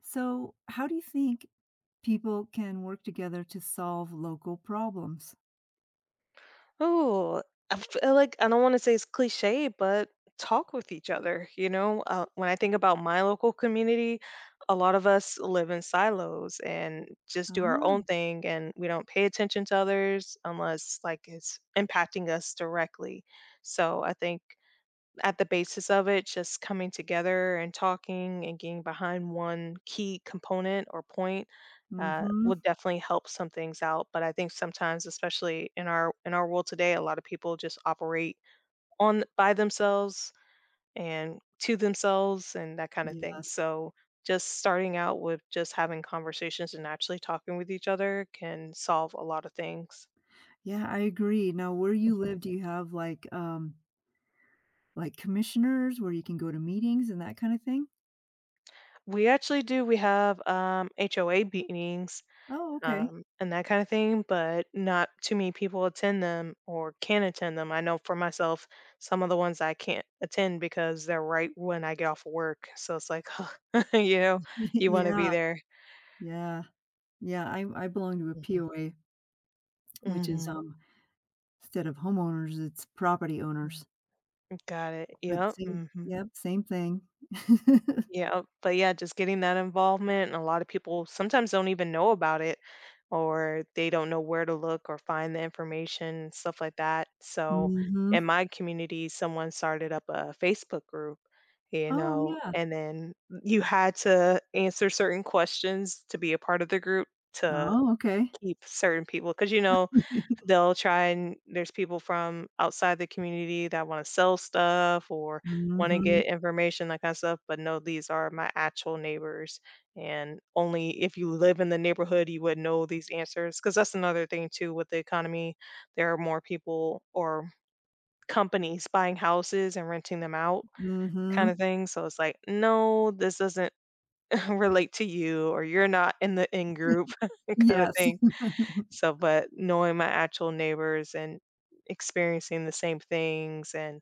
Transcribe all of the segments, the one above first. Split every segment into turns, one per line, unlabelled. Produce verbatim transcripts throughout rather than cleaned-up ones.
So, how do you think people can work together to solve local problems?
Oh, I feel like I don't want to say it's cliche, but talk with each other. You know, uh, when I think about my local community, a lot of us live in silos and just do our own
Ah.
thing, and we don't pay attention to others unless like it's impacting us directly. So I think at the basis of it, just coming together and talking and getting behind one key component or point uh,
Mhm.
will definitely help some things out. But I think sometimes, especially in our in our world today, a lot of people just operate on by themselves and to themselves and that kind of thing.
Yes.
So just starting out with just having conversations and actually talking with each other can solve a lot of things.
Yeah, I agree. Now, where you live, do you have like, um, like commissioners where you can go to meetings and that kind of thing?
We actually do. We have um, H O A meetings
Oh, okay.
um, and that kind of thing, but not too many people attend them or can attend them. I know for myself, some of the ones I can't attend because they're right when I get off of work. So it's like, you know, you want to be
Yeah,
there.
yeah, yeah. I I belong to a
Hmm.
P O A, which is
Hmm.
um instead of homeowners, it's property owners.
Got it.
But
Yep.
same,
Hmm.
yep, same thing.
Yeah, but yeah, just getting that involvement, and a lot of people sometimes don't even know about it, or they don't know where to look or find the information, stuff like that. So
Mhm.
in my community, someone started up a Facebook group, you
Oh
know,
yeah.
and then you had to answer certain questions to be a part of the group to
Oh, okay.
keep certain people, because you know they'll try and there's people from outside the community that want to sell stuff or want to
Mhm,
get information, that kind of stuff. But no, these are my actual neighbors, and only if you live in the neighborhood you would know these answers. Because that's another thing too, with the economy there are more people or companies buying houses and renting them out, kind of
mhm.
thing. So it's like, no, this doesn't relate to you, or you're not in the in group, kind of
Yes.
thing. So, but knowing my actual neighbors and experiencing the same things and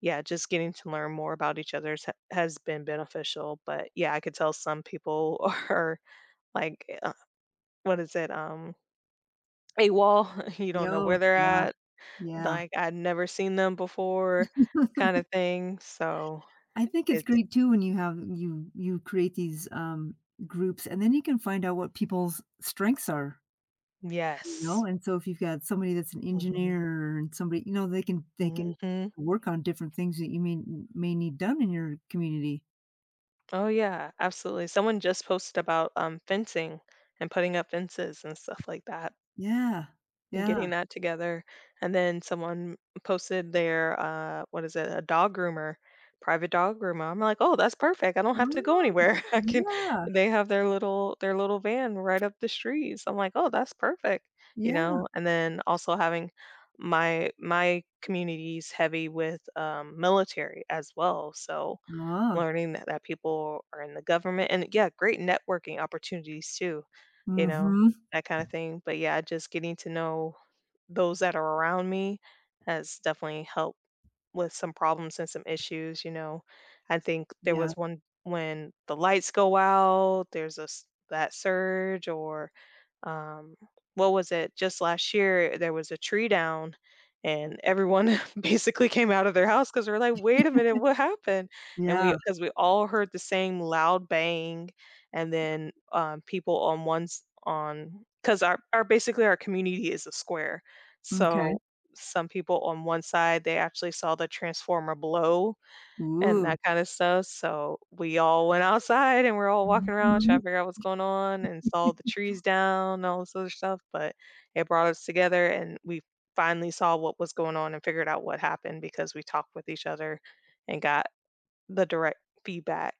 yeah, just getting to learn more about each other's ha- has been beneficial. But yeah, I could tell some people are like, uh, what is it? Um, a wall. You don't know
Yo
where they're
yeah,
at.
yeah.
Like I'd never seen them before, kind of thing. So
I think it's
it's
great too when you have you you create these, um, groups, and then you can find out what people's strengths are, you know,
yes.
and so if you've got somebody that's an
Hmm.
engineer and somebody, you know, they can they can
Hmm.
work on different things that you may may need done in your community.
Oh yeah, absolutely. Someone just posted about um fencing and putting up fences and stuff like that.
Yeah,
And
yeah.
getting that together. And then someone posted their uh what is it, a dog groomer, private dog groomer. I'm like, oh, that's perfect. I don't have to go
Oh,
anywhere. I can,
yeah,
they have their little their little van right up the streets. I'm like, oh, that's perfect. You
yeah.
know, and then also having my my community's heavy with um, military as well. So
Ah,
learning that, that people are in the government and yeah, great networking opportunities too, you know,
mhm.
that kind of thing. But yeah, just getting to know those that are around me has definitely helped with some problems and some issues, you know. I think there
Yeah,
was one when the lights go out, there's a s- that surge or um what was it? Just last year there was a tree down and everyone basically came out of their house cuz we're like, "Wait a minute, what happened?" And
yeah.
we, cuz we all heard the same loud bang and then um people on one's on cuz our our basically our community is a square.
Okay.
So some people on one side, they actually saw the transformer blow and
Ooh.
that kind of stuff. So we all went outside and we're all walking around trying
Mhm.
to figure out what's going on and saw the trees down and all this other stuff. But it brought us together and we finally saw what was going on and figured out what happened because we talked with each other and got the direct feedback,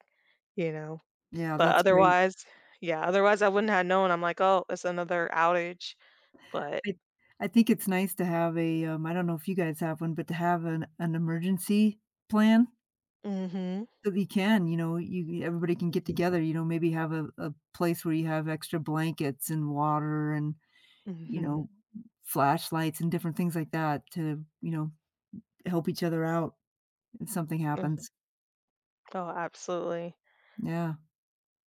you know.
Yeah,
But
that's great.
otherwise, yeah, otherwise I wouldn't have known. I'm like, oh, it's another outage. But
I I think it's nice to have a, um I don't know if you guys have one, but to have an an emergency plan
mm-hmm.
so that you can, you know, you everybody can get
Mm-hmm.
together, you know, maybe have a a place where you have extra blankets and water and,
Mm-hmm.
you
Mm-hmm.
know, flashlights and different things like that to, you know, help each other out if something happens.
Oh, absolutely.
Yeah.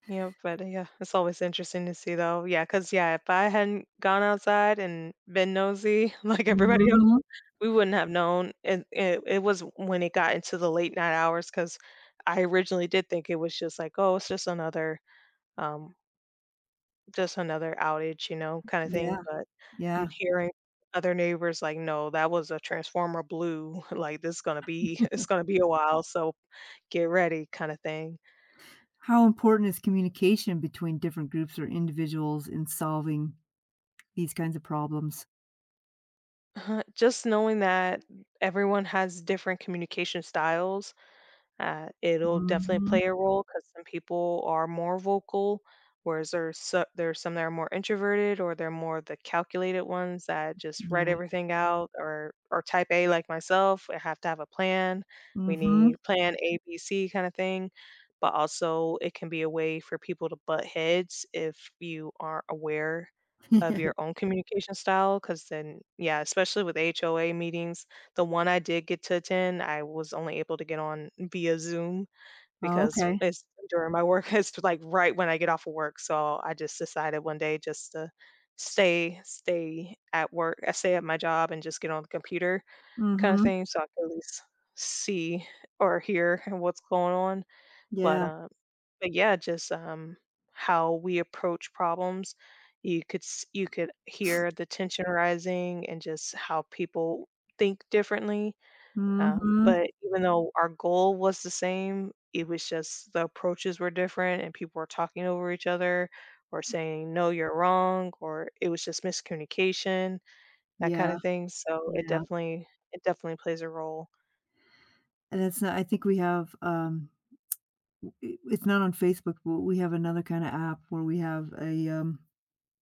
Yeah, but uh, yeah, it's always interesting to see though. Yeah, because yeah, if I hadn't gone outside and been nosy like everybody else,
Mhm.
we wouldn't have known. And it, it was when it got into the late night hours because I originally did think it was just like, oh, it's just another, um, just another outage, you know, kind of
Yeah,
thing. But n-
yeah.
hearing other neighbors like, no, that was a transformer blue. Like this is gonna be, it's gonna be a while. So get ready, kind of thing.
How important is communication between different groups or individuals in solving these kinds of problems?
Just knowing that everyone has different communication styles uh, it'll definitely
Mhm.
play a role because some people are more vocal, whereas there's so there's some that are more introverted or they're more the calculated ones that just write
Yeah.
everything out or or type A like myself. I have to have a plan. We
Mhm.
need plan A, B, C kind of thing. But also it can be a way for people to butt heads if you aren't aware of your own communication style. Because then yeah, especially with H O A meetings, the one I did get to attend, I was only able to get on via Zoom
Oh,
because
okay.
it's during my work it's like right when I get off of work, so I just decided one day just to stay stay at work, I stay at my job and just get on the computer, kinda
Mhm.
thing, so I can at least see or hear what's going on, but,
Yeah.
um but yeah, just, um, how we approach problems, you could s you could hear the tension rising and just how people think differently, um,
Mhm.
but even though our goal was the same, it was just the approaches were different and people were talking over each other or saying, no, you're wrong, or it was just miscommunication, that kind
Yeah.
of thing. So it
Yeah.
definitely, it definitely plays a role.
And it's not, I think we have, um I it's not on Facebook, but we have another kinda app where we have a, um,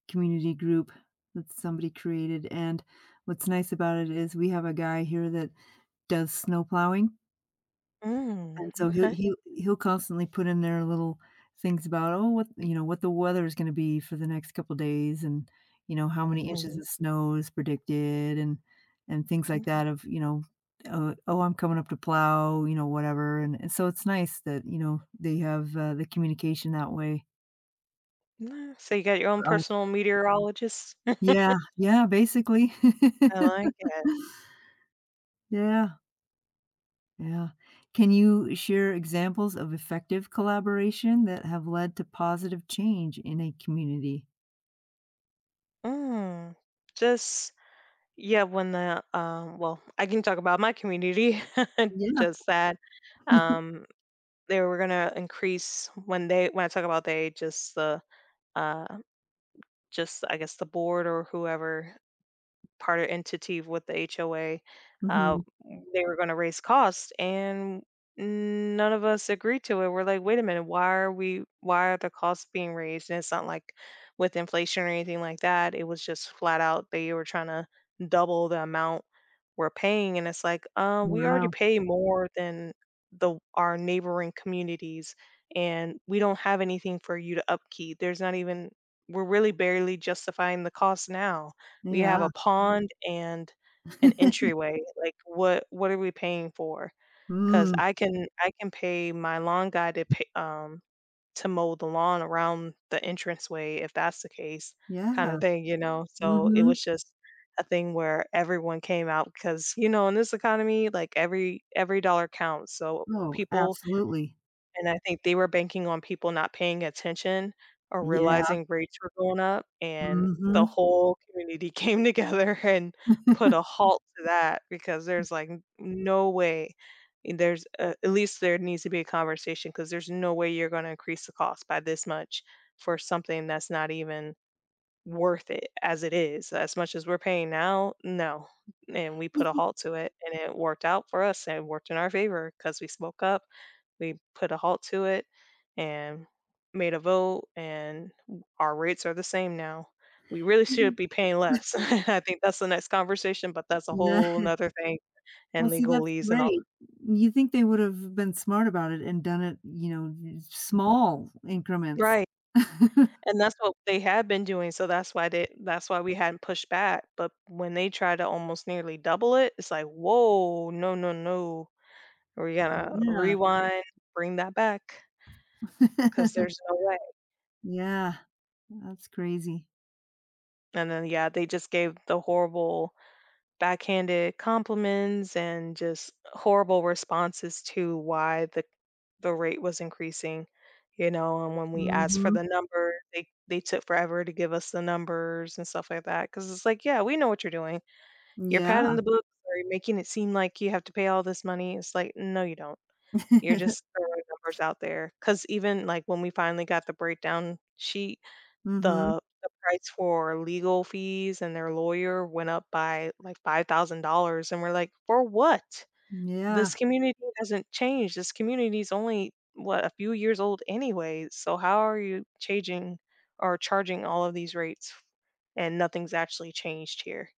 community group that somebody created, and what's nice about it is we have a guy here that does snow plowing.
Mm,
And so he'll
okay.
he'll he'll constantly put in there little things about, "Oh, what," you know, "what the weather is gonna be for the next couple days," and, you know, "how many
Mhm.
inches of snow is predicted," and and things
Mm,
like that of, you know, uh, "Oh, I'm coming up to plow," you know, whatever, and and so it's nice that, you know, they have, uh, the communication that way.
mm. So you got your own
Uh,
personal meteorologist.
yeah, yeah, basically.
I like it.
Yeah, yeah. Can you share examples of effective collaboration that have led to positive change in a community?
Mm. Just yeah, when the um, well, I can talk about my community.
Yeah.
Just that. Um, they were gonna increase when they when I talk about they, just the uh, just I guess the board or whoever. Part partner entity with the H O A. Uh,
Mhm.
they were going to raise costs, and none of us agreed to it. We're like, wait a minute, why are we? Why are the costs being raised? And it's not like with inflation or anything like that. It was just flat out they were trying to double the amount we're paying, and it's like, uh, we already
Wow.
pay more than the our neighboring communities and we don't have anything for you to upkeep. There's not even, we're really barely justifying the cost now. We have
Yeah.
a pond and an entryway, like, what what are we paying for? Because
Mm.
I can I can pay my lawn guy to pay um, to mow the lawn around the entranceway if that's the case,
Yeah.
kinda thing, you know? So, it
Mhm.
was just a thing where everyone came out because you know, in this economy, like, every every dollar counts, so
Oh,
people,
absolutely.
and I think they were banking on people not paying attention or
Yeah.
realizing rates were going up, and the
Mhm.
whole community came together and put a halt to that because there's, like, n no way. And there's a, at least there needs to be a conversation because there's no way you're gonna increase the cost by this much for something that's not even worth it as it is. As much as we're paying now, no, and we put a halt to it, and it worked out for us, and it worked in our favor because we spoke up, we put a halt to it and made a vote and our rates are the same now. We really should be paying less. I think that's the next conversation, but that's a
Yeah.
whole nother thing
Well,
and
see, that's
legalese and all.
great. You think they would have been smart about it and done it, you know, small
That.
increments.
Right. And that's what they had been doing. So that's why they, that's why we hadn't pushed back. But when they try to almost nearly double it, it's like, whoa, no, no, no. We're gonna
Yeah.
rewind, bring that back because there's no way.
Yeah. That's crazy.
And then yeah, they just gave the horrible backhanded compliments and just horrible responses to why the the rate was increasing, you know, and when we asked for
Mhm.
the number, they they took forever to give us the numbers and stuff like that. Because it's like, "Yeah, we know what you're doing. You're
Yeah.
padding the books or you're making it seem like you have to pay all this money." It's like, "No, you don't. You're just throwing numbers out there. Because even, like, when we finally got the breakdown sheet,
Mhm.
the the price for legal fees and their lawyer went up by, like, five thousand dollars and we're like, "For what? This
Yeah.
community hasn't changed, this community is only, what, a few years old anyway, so how are you changing or charging all of these rates and nothing's actually changed here?"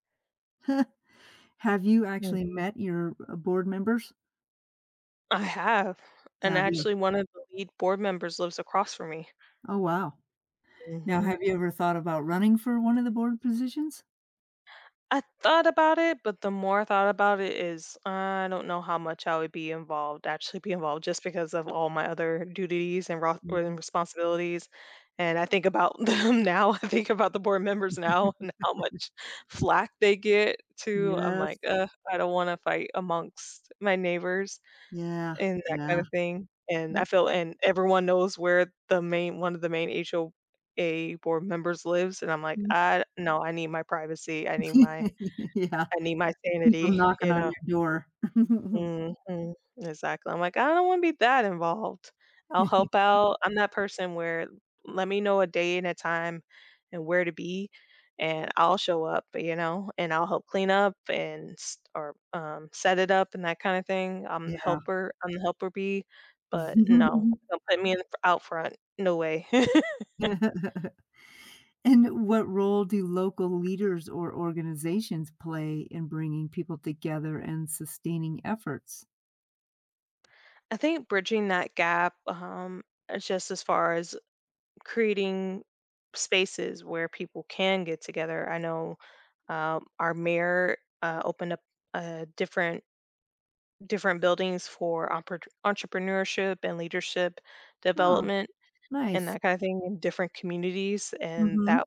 Have you
Mm.
actually met your, uh, board members?
I have, and
Have you?
actually one of the lead board members lives across from me.
Oh, wow. Now,
Mhm.
have you ever thought about running for one of the board positions?
I thought about it, but the more I thought about it is I don't know how much I would be involved, actually be involved just because of all my other duties and ro- and
Mhm.
responsibilities. And I think about them now. I think about the board members now and how much flack they get too. I'm
Yes.
like, ugh, I don't want to fight amongst my neighbors
Yeah.
and that kind
Yeah.
of thing. And I feel, and everyone knows where the main, one of the main H O A board members lives. And I'm like,
Mhm.
I, no, I need my privacy. I need my
Yeah.
I need my
People
sanity,
knocking
you
on
know?
your door.
Mhm, exactly. I'm like, "I don't wanna be that involved. I'll help out." I'm that person where let me know a day and a time and where to be, and I'll show up, you know, and I'll help clean up and s or, um, set it up and that kinda thing. I'm the
Yeah.
helper I'm the helper bee, but no, don't put me in out front. No way.
And what role do local leaders or organizations play in bringing people together and sustaining efforts?
I think bridging that gap, um, uh, just as far as creating spaces where people can get together. I know um, our mayor uh, opened up uh, different different buildings for oppor- entrepreneurship and leadership
Oh,
development and
nice.
that kind of thing in different communities, and
Mhm.
that,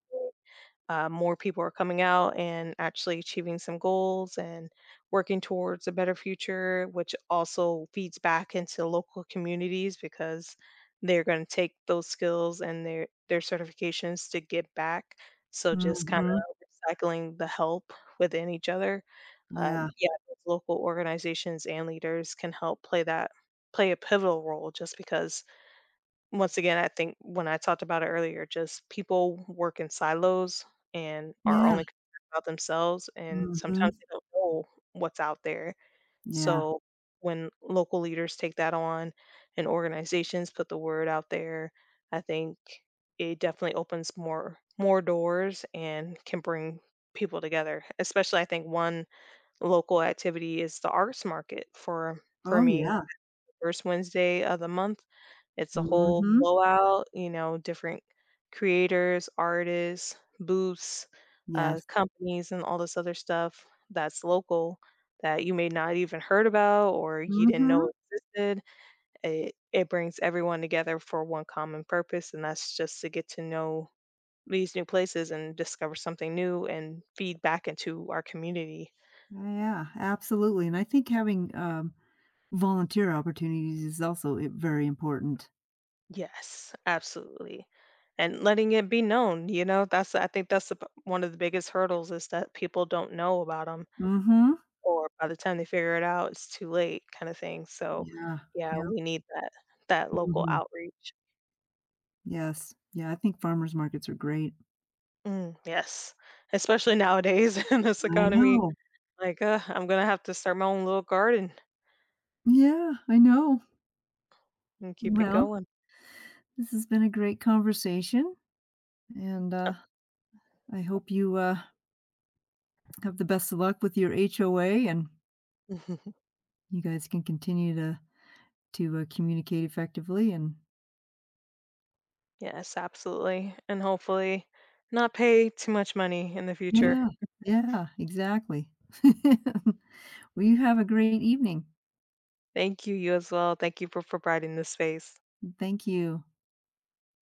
uh, more people are coming out and actually achieving some goals and working towards a better future, which also feeds back into local communities because they're going to take those skills and their their certifications to give back. So just kind
Mhm.
of recycling the help within each other. Uh,
Yeah.
yeah, those local organizations and leaders can help play that play a pivotal role just because once again, I think when I talked about it earlier, just people work in silos and are
Yeah.
only concerned about themselves, and
Mhm.
sometimes they don't know what's out there.
Yeah.
So when local leaders take that on and organizations put the word out there, I think it definitely opens more more doors and can bring people together. Especially I think one local activity is the arts market for for
Oh,
me
yeah.
first Wednesday of the month. It's a whole
Mhm.
blowout, you know, different creators, artists, booths, uh,
Yes.
companies, and all this other stuff that's local that you may not even heard about or you didn't know
Mhm.
existed. It, it brings everyone together for one common purpose, and that's just to get to know these new places and discover something new and feed back into our community.
Yeah, yeah, absolutely, and I think having, um, volunteer opportunities is also I very important.
Yes, absolutely. And letting it be known, you know, that's I think that's the, p- one of the biggest hurdles is that people don't know about them,
Mhm.
or by the time they figure it out, it's too late, kind of thing. So,
Yeah.
yeah,
Yeah.
we need that that local
Mhm.
outreach.
Yes. Yeah, I think farmers markets are great.
Mm, yes, especially nowadays in this
I
economy.
know.
Like, uh, I'm gonna have to start my own little garden
Yeah, I know.
and keep it
Well,
going.
this has been a great conversation, and, uh, I hope you, uh, have the best of luck with your H O A, and you guys can continue to To, uh, communicate effectively and—
Yes, absolutely, and hopefully, not pay too much money in the future.
Yeah, yeah, exactly. Well, you have a great evening.
Thank you, you as well. Thank you for providing this space.
Thank you.